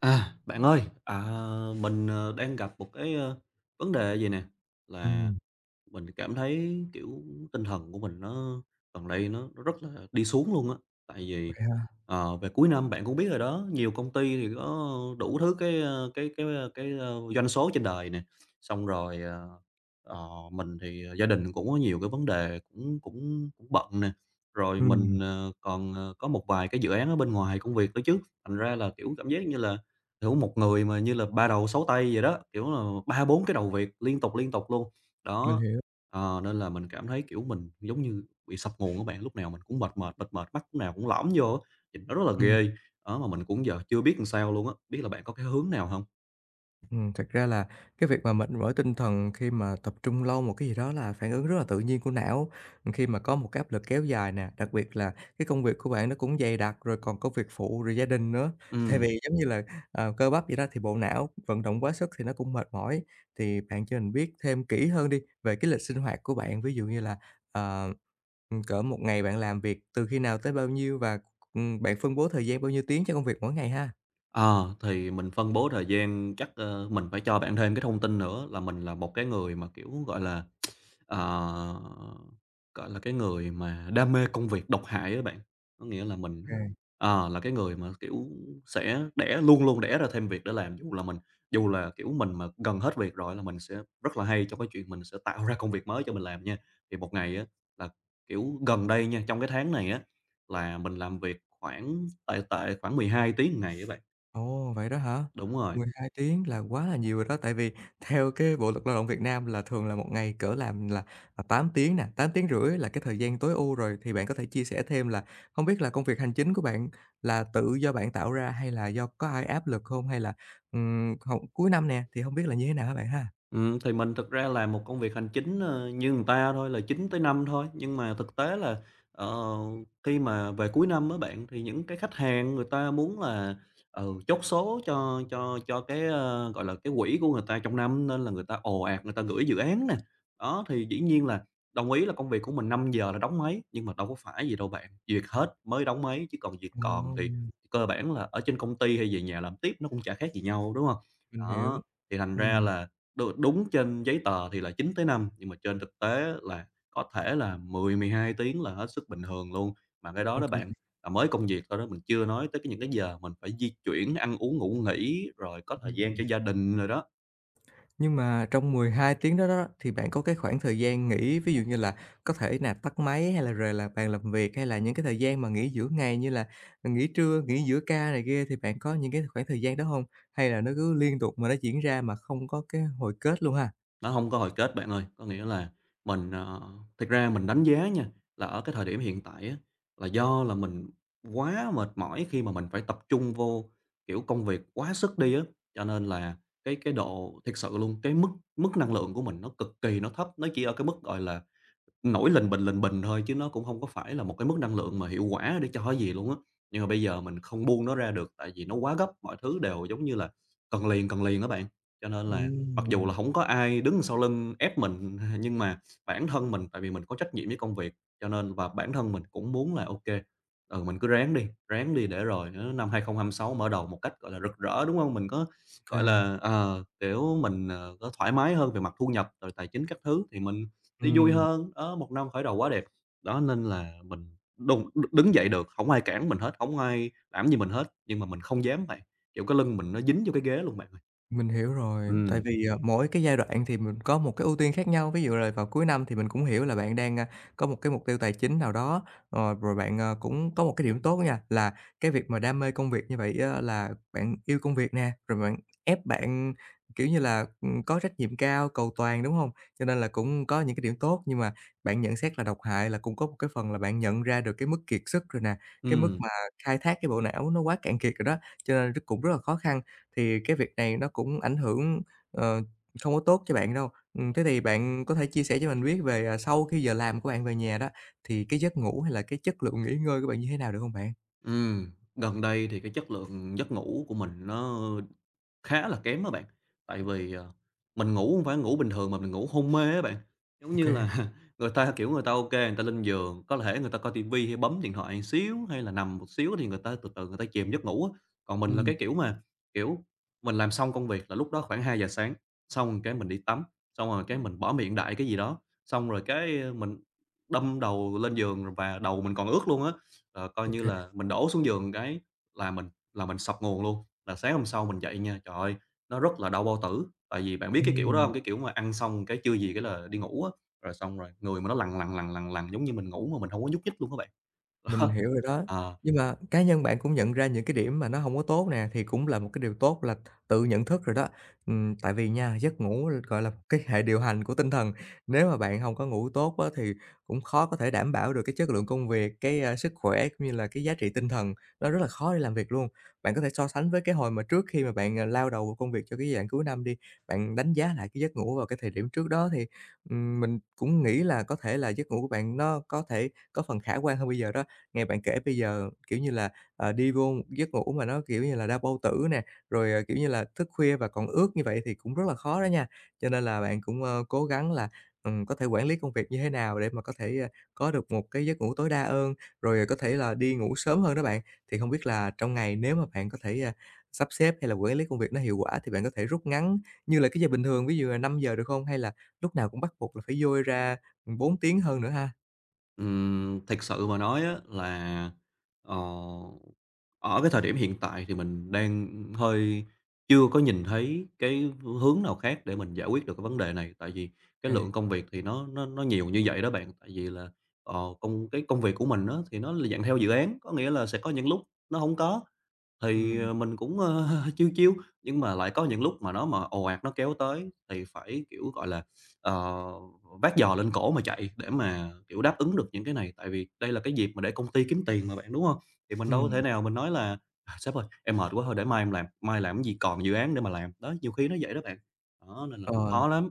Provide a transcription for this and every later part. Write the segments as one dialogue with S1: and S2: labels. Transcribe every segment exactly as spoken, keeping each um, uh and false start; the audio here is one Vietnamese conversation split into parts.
S1: À, bạn ơi, à, mình ờ, đang gặp một cái, ơ, vấn đề vầy nè, là
S2: Ừm,
S1: mình cảm thấy, kiểu, tinh thần của mình nó gần đây nó nó rất là đi xuống luôn á. Tại vì,
S2: vậy ha?
S1: ờ, về cuối năm bạn cũng biết rồi đó, nhiều công ty thì có đủ thứ cái, ơ, cái cái, cái, ơ, doanh số trên đời nè. Xong rồi, ờ, ờ, mình thì gia đình cũng có nhiều cái vấn đề cũng cũng cũng bận nè, rồi mình,
S2: Ừm,
S1: ờ, còn, ờ, có một vài cái dự án ở bên ngoài công việc nữa chứ. Thành ra là, kiểu, cảm giác như là, kiểu, một người mà như là ba đầu sáu tay vậy đó, kiểu là, ba bốn cái đầu việc liên tục, liên tục luôn.
S2: mình
S1: Đó,
S2: hiểu.
S1: ờ, nên là mình cảm thấy, kiểu, mình giống như bị sập nguồn các bạn, lúc nào mình cũng mệt mệt, mệt mệt, mắt lúc nào cũng lõm vô á, nhìn nó rất là
S2: Ừm,
S1: ghê. Đó, mà mình cũng giờ chưa biết làm sao luôn á, biết là bạn có cái hướng nào hông?
S2: ừm, Thật ra là cái việc mà mệt mỏi tinh thần khi mà tập trung lâu một cái gì đó là phản ứng rất là tự nhiên của não. Khi mà có một cái áp lực kéo dài nè, đặc biệt là cái công việc của bạn nó cũng dày đặc, rồi còn có việc phụ, rồi gia đình nữa. Tại
S1: Ừm,
S2: vì giống như là, ờ, cơ bắp vậy đó, thì bộ não vận động quá sức thì nó cũng mệt mỏi. Thì bạn cho mình biết thêm kỹ hơn đi về cái lịch sinh hoạt của bạn, ví dụ như là, ờ, ừm, cỡ một ngày bạn làm việc từ khi nào tới bao nhiêu và, ừm, bạn phân bố thời gian bao nhiêu tiếng cho công việc mỗi ngày ha?
S1: ờ, thì mình phân bố thời gian chắc, ơ, mình phải cho bạn thêm cái thông tin nữa là mình là một cái người mà, kiểu, gọi là. Ờ, Gọi là, cái người mà đam mê công việc độc hại á bạn, có nghĩa là mình,
S2: Kê.
S1: ờ, là cái người mà, kiểu, sẽ đẻ luôn luôn đẻ ra thêm việc để làm, dù là mình dù là, kiểu, mình mà gần hết việc rồi là mình sẽ rất là hay trong cái chuyện mình sẽ tạo ra công việc mới cho mình làm nha. Thì một ngày á là, kiểu, gần đây nha, trong cái tháng này á là mình làm việc khoảng tại tại khoảng mười hai tiếng một ngày á bạn,
S2: Ồ, vậy đó hả?
S1: đúng rồi.
S2: mười hai tiếng là quá là nhiều rồi đó, tại vì theo cái Bộ luật Lao động Việt Nam là thường là một ngày cỡ làm là, à, tám tiếng nè, tám tiếng rưỡi là cái thời gian tối ưu rồi. Thì bạn có thể chia sẻ thêm là không biết là công việc hành chính của bạn là tự do bạn tạo ra hay là do có ai áp lực không? Hay là, ừm, học cuối năm nè, thì không biết là như thế nào hả bạn ha?
S1: Ừm, thì mình thực ra làm một công việc hành chính, ơ, như người ta thôi là chín tới năm thôi, nhưng mà thực tế là, ờ, khi mà về cuối năm á bạn, thì những cái khách hàng người ta muốn là, ừ, chốt số cho cho cho cái, ơ, gọi là, cái quỹ của người ta trong năm, nên là người ta ồ ạt người ta gửi dự án nè. Đó, thì dĩ nhiên là đồng ý là công việc của mình năm giờ là đóng máy, nhưng mà đâu có phải gì đâu bạn, duyệt hết mới đóng máy, chứ còn duyệt còn
S2: Ồ,
S1: thì cơ bản là ở trên công ty hay về nhà làm tiếp nó cũng chả khác gì nhau, đúng không?
S2: mình hiểu.
S1: Đó, thì thành ra
S2: Ừm,
S1: là Đ đúng trên giấy tờ thì là chín tới năm nhưng mà trên thực tế là có thể là mười mười hai tiếng là hết sức bình thường luôn. Mà cái đó đó bạn,
S2: ô
S1: là mới công việc thôi đó, mình chưa nói tới cái những cái giờ mình phải di chuyển, ăn uống, ngủ nghỉ, rồi có thời gian cho
S2: ừm.
S1: gia đình rồi đó.
S2: Nhưng mà trong mười hai tiếng đó đó thì bạn có cái khoảng thời gian nghỉ, ví dụ như là có thể là tắt máy hay là rời là bàn làm việc, hay là những cái thời gian mà nghỉ giữa ngày như là nghỉ trưa, nghỉ giữa ca này kia thì bạn có những cái khoảng thời gian đó không? Hay là nó cứ liên tục mà nó diễn ra mà không có cái hồi kết luôn ha?
S1: Nó không có hồi kết bạn ơi. Có nghĩa là mình, ờ thực ra mình đánh giá nha, là ở cái thời điểm hiện tại á, là do là mình quá mệt mỏi khi mà mình phải tập trung vô, kiểu, công việc quá sức đi á, cho nên là cái cái độ thiệt sự luôn, cái mức mức năng lượng của mình nó cực kỳ nó thấp, nó chỉ ở cái mức, gọi là, nổi lình bình, lình bình thôi chứ nó cũng không có phải là một cái mức năng lượng mà hiệu quả để cho cái gì luôn á. Nhưng mà bây giờ mình không buông nó ra được, tại vì nó quá gấp, mọi thứ đều, giống như là, cần liền, cần liền đó bạn. Cho nên là mặc dù là
S2: Ừm,
S1: không có ai đứng sau lưng ép mình, nhưng mà bản thân mình, tại vì mình có trách nhiệm với công việc, cho nên và bản thân mình cũng muốn là ok, ừ, mình cứ ráng đi, ráng đi để rồi ờ, năm hai á năm sáu mở đầu một cách, gọi là, rực rỡ, đúng không? Mình có,
S2: ok kê.
S1: gọi là, ờ, kiểu, mình, ờ, có thoải mái hơn về mặt thu nhập rồi tài chính các thứ thì mình đi vui
S2: ừm.
S1: hơn, đó, một năm khởi đầu quá đẹp. Đó, nên là mình đùng đ đứng dậy được, không ai cản mình hết, không ai làm gì mình hết, nhưng mà mình không dám bạn, kiểu, cái lưng mình nó dính vô cái ghế luôn bạn ơi.
S2: Mình hiểu rồi, tại
S1: Ừm.
S2: vì, ờ, mỗi cái giai đoạn thì mình có một cái ưu tiên khác nhau. Ví dụ là vào cuối năm thì mình cũng hiểu là bạn đang, a, có một cái mục tiêu tài chính nào đó, ờ, rồi bạn, ờ, cũng có một cái điểm tốt nha, là cái việc mà đam mê công việc như vậy á là bạn yêu công việc nè, rồi bạn ép bạn, kiểu như là, ừm, có trách nhiệm cao, cầu toàn, đúng không? Cho nên là cũng có những cái điểm tốt, nhưng mà bạn nhận xét là độc hại là cũng có một cái phần là bạn nhận ra được cái mức kiệt sức rồi nè, cái mức
S1: Ừm,
S2: mà khai thác cái bộ não nó quá cạn kiệt rồi đó, cho nên rất cũng rất là khó khăn thì cái việc này nó cũng ảnh hưởng, ờ, không có tốt cho bạn đâu. Ừm, thế thì bạn có thể chia sẻ cho mình biết về, à, sau khi giờ làm của bạn về nhà đó, thì cái giấc ngủ hay là cái chất lượng nghỉ ngơi của bạn như thế nào được không bạn?
S1: ừm, Gần đây thì cái chất lượng giấc ngủ của mình nó khá là kém á bạn, tại vì, ờ, mình ngủ không phải ngủ bình thường mà mình ngủ hôn mê á bạn. Giống
S2: Ok
S1: như
S2: kê.
S1: là người ta, kiểu, người ta OK, người ta lên giường, có thể người ta coi tivi hay bấm điện thoại xíu hay là nằm một xíu thì người ta từ từ người ta chìm giấc ngủ á. Còn mình là
S2: Ừm,
S1: cái kiểu mà, kiểu, mình làm xong công việc là lúc đó khoảng hai giờ sáng, xong cái mình đi tắm, xong rồi cái mình bỏ miệng đại cái gì đó, xong rồi cái, ờ, mình đâm đầu lên giường và đầu mình còn ướt luôn á. Ờ, coi
S2: ô
S1: như là mình đổ xuống giường cái là mình là mình sập nguồn luôn. Là sáng hôm sau mình dậy nha, trời ơi, nó rất là đau bao tử. Tại vì bạn biết cái kiểu đó không? Cái kiểu mà ăn xong cái chưa gì cái là đi ngủ á, rồi xong rồi người mà nó lằn, lằn, lằn, lằn, lằn giống như mình ngủ mà mình không có nhúc nhích luôn các bạn.
S2: Mình
S1: Đó.
S2: hiểu rồi đó.
S1: Ờ.
S2: Nhưng mà cá nhân bạn cũng nhận ra những cái điểm mà nó hông có tốt nè, thì cũng là một cái điều tốt là tự nhận thức rồi đó. Ừm, tại vì nha, giấc ngủ, gọi là, cái hệ điều hành của tinh thần, nếu mà bạn hông có ngủ tốt á, thì cũng khó có thể đảm bảo được cái chất lượng công việc, cái, a, sức khỏe cũng như là cái giá trị tinh thần, nó rất là khó để làm việc luôn. Bạn có thể so sánh với cái hồi mà trước khi mà bạn, à, lao đầu vào công việc cho cái giai đoạn cuối năm đi, bạn đánh giá lại cái giấc ngủ vào cái thời điểm trước đó thì, ừm, mình cũng nghĩ là có thể là giấc ngủ của bạn nó có thể có phần khả quan hơn bây giờ đó. Nghe bạn kể bây giờ, kiểu như là, ờ, đi vô một giấc ngủ mà nó, kiểu như là, đau bao tử nè, rồi, ờ, kiểu như là, thức khuya và còn ướt như vậy thì cũng rất là khó đó nha. Cho nên là bạn cũng, ơ, cố gắng là, ừm, có thể quản lý công việc như thế nào để mà có thể, a, có được một cái giấc ngủ tối đa hơn, rồi ờ, có thể là đi ngủ sớm hơn đó bạn. Thì không biết là trong ngày nếu mà bạn có thể, a, sắp xếp hay là quản lý công việc nó hiệu quả thì bạn có thể rút ngắn như là cái giờ bình thường, ví dụ là năm giờ được không? Hay là lúc nào cũng bắt buộc là phải dôi ra, bốn tiếng hơn nữa ha?
S1: Ừm, thực sự mà nói á là, ờ, ở cái thời điểm hiện tại thì mình đang hơi chưa có nhìn thấy cái hướng nào khác để mình giải quyết được cái vấn đề này. Tại vì cái
S2: À,
S1: lượng công việc thì nó nó nó nhiều như vậy đó bạn, tại vì là, ờ, công cái công việc của mình đó thì nó là dạng theo dự án, có nghĩa là sẽ có những lúc nó không có, thì,
S2: ừm,
S1: ờ, mình cũng, ơ, chiêu chill, nhưng mà lại có những lúc mà nó mà ồ ạt nó kéo tới thì phải, kiểu, gọi là, ờ, vác giò lên cổ mà chạy để mà, kiểu, đáp ứng được những cái này. Tại vì đây là cái dịp mà để công ty kiếm tiền mà bạn, đúng không? Thì mình đâu có thể
S2: ừm,
S1: nào mình nói là "À, sếp ơi, em mệt quá thôi để mai em làm, mai làm cái gì còn dự án để mà làm." Đó, nhiều khi nó vậy đó bạn, đó, nên là cũng
S2: ờ.
S1: khó lắm.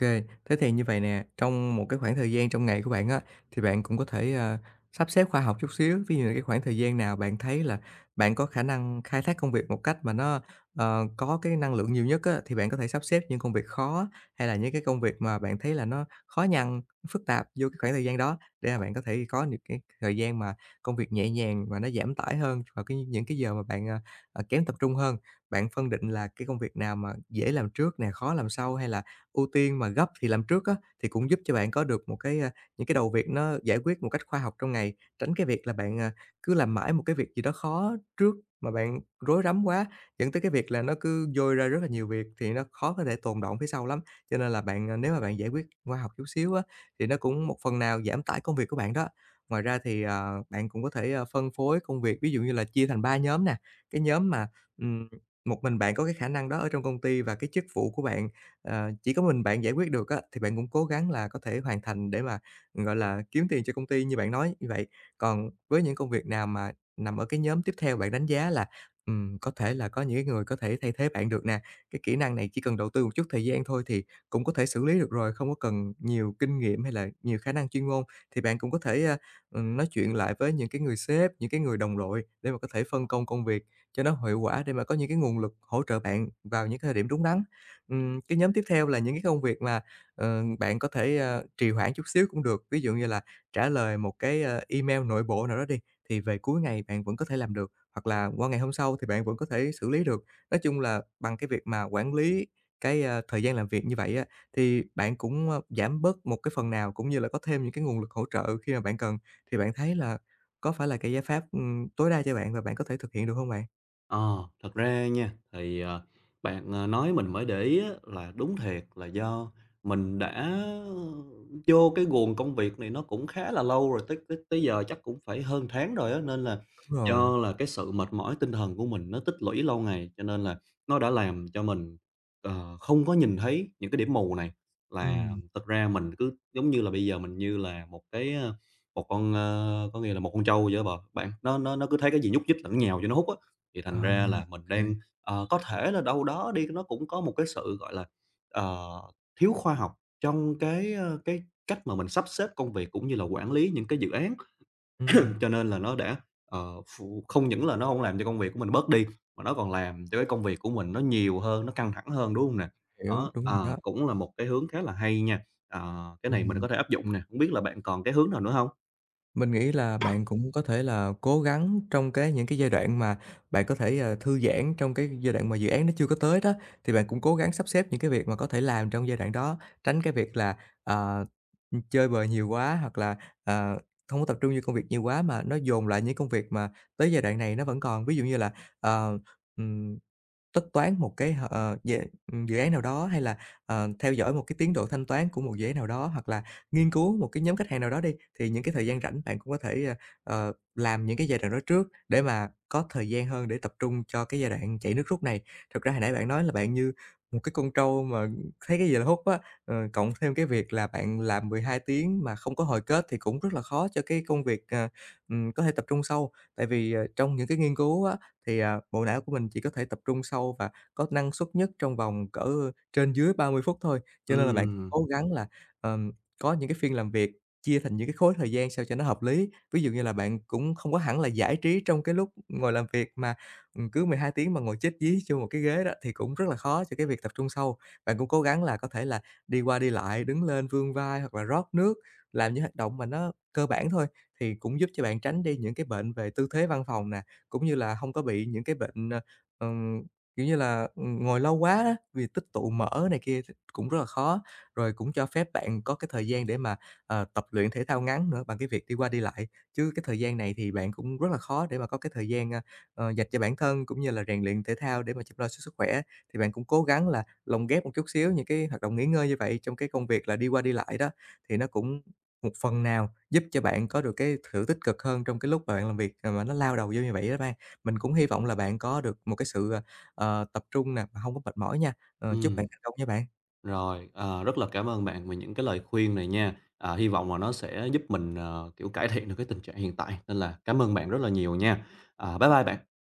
S2: OK, thế thì như vậy nè, trong một cái khoảng thời gian trong ngày của bạn á, thì bạn cũng có thể, ờ, sắp xếp khoa học chút xíu. Ví dụ như cái khoảng thời gian nào bạn thấy là bạn có khả năng khai thác công việc một cách mà nó, ờ, có cái năng lượng nhiều nhất á, thì bạn có thể sắp xếp những công việc khó, hay là những cái công việc mà bạn thấy là nó khó nhằn, nó phức tạp vô cái khoảng thời gian đó, để mà bạn có thể có được cái thời gian mà công việc nhẹ nhàng và nó giảm tải hơn vào cái những cái giờ mà bạn, ờ, ờ, kém tập trung hơn. Bạn phân định là cái công việc nào mà dễ làm trước nè, khó làm sau hay là ưu tiên mà gấp thì làm trước á, thì cũng giúp cho bạn có được một cái, a, những cái đầu việc nó giải quyết một cách khoa học trong ngày, tránh cái việc là bạn, à, cứ làm mãi một cái việc gì đó khó trước mà bạn rối rắm quá, dẫn tới cái việc là nó cứ dôi ra rất là nhiều việc thì nó khó có thể tồn đọng phía sau lắm. Cho nên là bạn, à, nếu mà bạn giải quyết khoa học chút xíu á, thì nó cũng một phần nào giảm tải công việc của bạn đó. Ngoài ra thì, ờ, bạn cũng có thể, ờ, phân phối công việc, ví dụ như là chia thành ba nhóm nè, cái nhóm mà, ừm, một mình bạn có cái khả năng đó ở trong công ty và cái chức vụ của bạn ờ, chỉ có mình bạn giải quyết được á, thì bạn cũng cố gắng là có thể hoàn thành để mà, gọi là, kiếm tiền cho công ty như bạn nói như vậy. Còn với những công việc nào mà nằm ở cái nhóm tiếp theo bạn đánh giá là, ừm, có thể là có những cái người có thể thay thế bạn được nè, cái kỹ năng này chỉ cần đầu tư một chút thời gian thôi thì cũng có thể xử lý được rồi, không có cần nhiều kinh nghiệm hay là nhiều khả năng chuyên môn, thì bạn cũng có thể, a, ừm, nói chuyện lại với những cái người sếp, những cái người đồng đội để mà có thể phân công công việc cho nó hiệu quả để mà có những cái nguồn lực hỗ trợ bạn vào những cái thời điểm đúng đắn. Ừm, cái nhóm tiếp theo là những cái công việc mà, ờ, bạn có thể, ờ, trì hoãn chút xíu cũng được, ví dụ như là trả lời một cái, ờ, email nội bộ nào đó đi, thì về cuối ngày bạn vẫn có thể làm được, hoặc là qua ngày hôm sau thì bạn vẫn có thể xử lý được. Nói chung là bằng cái việc mà quản lý cái, a, thời gian làm việc như vậy á, thì bạn cũng, ơ, giảm bớt một cái phần nào cũng như là có thêm những cái nguồn lực hỗ trợ khi mà bạn cần. Thì bạn thấy là có phải là cái giải pháp, ừm, tối đa cho bạn và bạn có thể thực hiện được không bạn?
S1: Ờ, thật ra nha, thì, ờ, bạn, ờ, nói mình mới để ý á, là đúng thiệt là do mình đã vô cái guồng công việc này nó cũng khá là lâu rồi, tới tới tới giờ chắc cũng phải hơn tháng rồi á, nên là
S2: Đúng rồi.
S1: do là cái sự mệt mỏi tinh thần của mình nó tích lũy lâu ngày, cho nên là nó đã làm cho mình, ờ, không có nhìn thấy những cái điểm mù này. Là
S2: Ừm,
S1: thật ra mình cứ giống như là bây giờ mình như là một cái, ơ, một con, ơ, có nghĩa là một con trâu vậy á bò bạn, nó nó nó cứ thấy cái gì nhúc nhích là nó nhào vô nó hút á. Thì thành
S2: À,
S1: ra
S2: ừm,
S1: là mình đang ờ, có thể là đâu đó đi nó cũng có một cái sự, gọi là, ờ, thiếu khoa học trong cái, ơ, cái cách mà mình sắp xếp công việc cũng như là quản lý những cái dự án.
S2: ừm.
S1: Cho nên là nó đã, ờ, phụ không những là nó không làm cho công việc của mình bớt đi, mà nó còn làm cho cái công việc của mình nó nhiều hơn, nó căng thẳng hơn, đúng không nè?
S2: Hiểu,
S1: Đó,
S2: đúng rồi
S1: ờ,
S2: đó.
S1: cũng là một cái hướng khá là hay nha. Ờ, cái này mình
S2: Ừm,
S1: có thể áp dụng nè, không biết là bạn còn cái hướng nào nữa không?
S2: mình nghĩ là bạn cũng có thể là cố gắng trong cái những cái giai đoạn mà bạn có thể, ờ, thư giãn trong cái giai đoạn mà dự án nó chưa có tới đó, thì bạn cũng cố gắng sắp xếp những cái việc mà có thể làm trong giai đoạn đó, tránh cái việc là, ờ, chơi bời nhiều quá hoặc là, ờ, không có tập trung như công việc nhiều quá mà nó dồn lại những công việc mà tới giai đoạn này nó vẫn còn. Ví dụ như là, ờ, ừm tất toán một cái, ờ, về, dự án nào đó hay là, ờ, theo dõi một cái tiến độ thanh toán của một dự án nào đó, hoặc là nghiên cứu một cái nhóm khách hàng nào đó đi, thì những cái thời gian rảnh bạn cũng có thể, ờ, ờ, làm những cái giai đoạn đó trước để mà có thời gian hơn để tập trung cho cái giai đoạn chạy nước rút này. Thực ra hồi nãy bạn nói là bạn như một cái con trâu mà thấy cái gì là hút á, ờ, cộng thêm cái việc là bạn làm mười hai tiếng mà không có hồi kết thì cũng rất là khó cho cái công việc, ờ, ừm, có thể tập trung sâu. Tại vì, ờ, trong những cái nghiên cứu á, thì, à, bộ não của mình chỉ có thể tập trung sâu và có năng suất nhất trong vòng cỡ trên dưới ba mươi phút thôi.
S1: ừ
S2: Cho nên là bạn cũng cố gắng là, ờm, có những cái phiên làm việc chia thành những cái khối thời gian sao cho nó hợp lý. Ví dụ như là bạn cũng không có hẳn là giải trí trong cái lúc ngồi làm việc mà, ừm, cứ mười hai tiếng mà ngồi chết dí vô một cái ghế đó thì cũng rất là khó cho cái việc tập trung sâu. Bạn cũng cố gắng là có thể là đi qua đi lại, đứng lên, vươn vai hoặc là rót nước, làm những hoạt động mà nó cơ bản thôi, thì cũng giúp cho bạn tránh đi những cái bệnh về tư thế văn phòng nè cũng như là không có bị những cái bệnh, ờ, ừm, kiểu như là, ngồi lâu quá á, vì tích tụ mỡ này kia th cũng rất là khó. Rồi cũng cho phép bạn có cái thời gian để mà, ờ, tập luyện thể thao ngắn nữa bằng cái việc đi qua đi lại, chứ cái thời gian này thì bạn cũng rất là khó để mà có cái thời gian, a, ờ, dành cho bản thân cũng như là rèn luyện thể thao để mà chăm lo cho sức khỏe. Thì bạn cũng cố gắng là lồng ghép một chút xíu những cái hoạt động nghỉ ngơi như vậy trong cái công việc là đi qua đi lại đó, thì nó cũng một phần nào giúp cho bạn có được cái sự tích cực hơn trong cái lúc bạn làm việc, à, mà nó lao đầu vô như vậy đó bạn. Mình cũng hy vọng là bạn có được một cái sự, ờ, ờ, tập trung nè, mà không có mệt mỏi nha. Ờ, chúc
S1: ừ
S2: bạn thành công nha bạn.
S1: Rồi, ờ, rất là cảm ơn bạn về những cái lời khuyên này nha. À, hy vọng là nó sẽ giúp mình, ờ, kiểu, cải thiện được cái tình trạng hiện tại, nên là cảm ơn bạn rất là nhiều nha. À, bye bye bạn.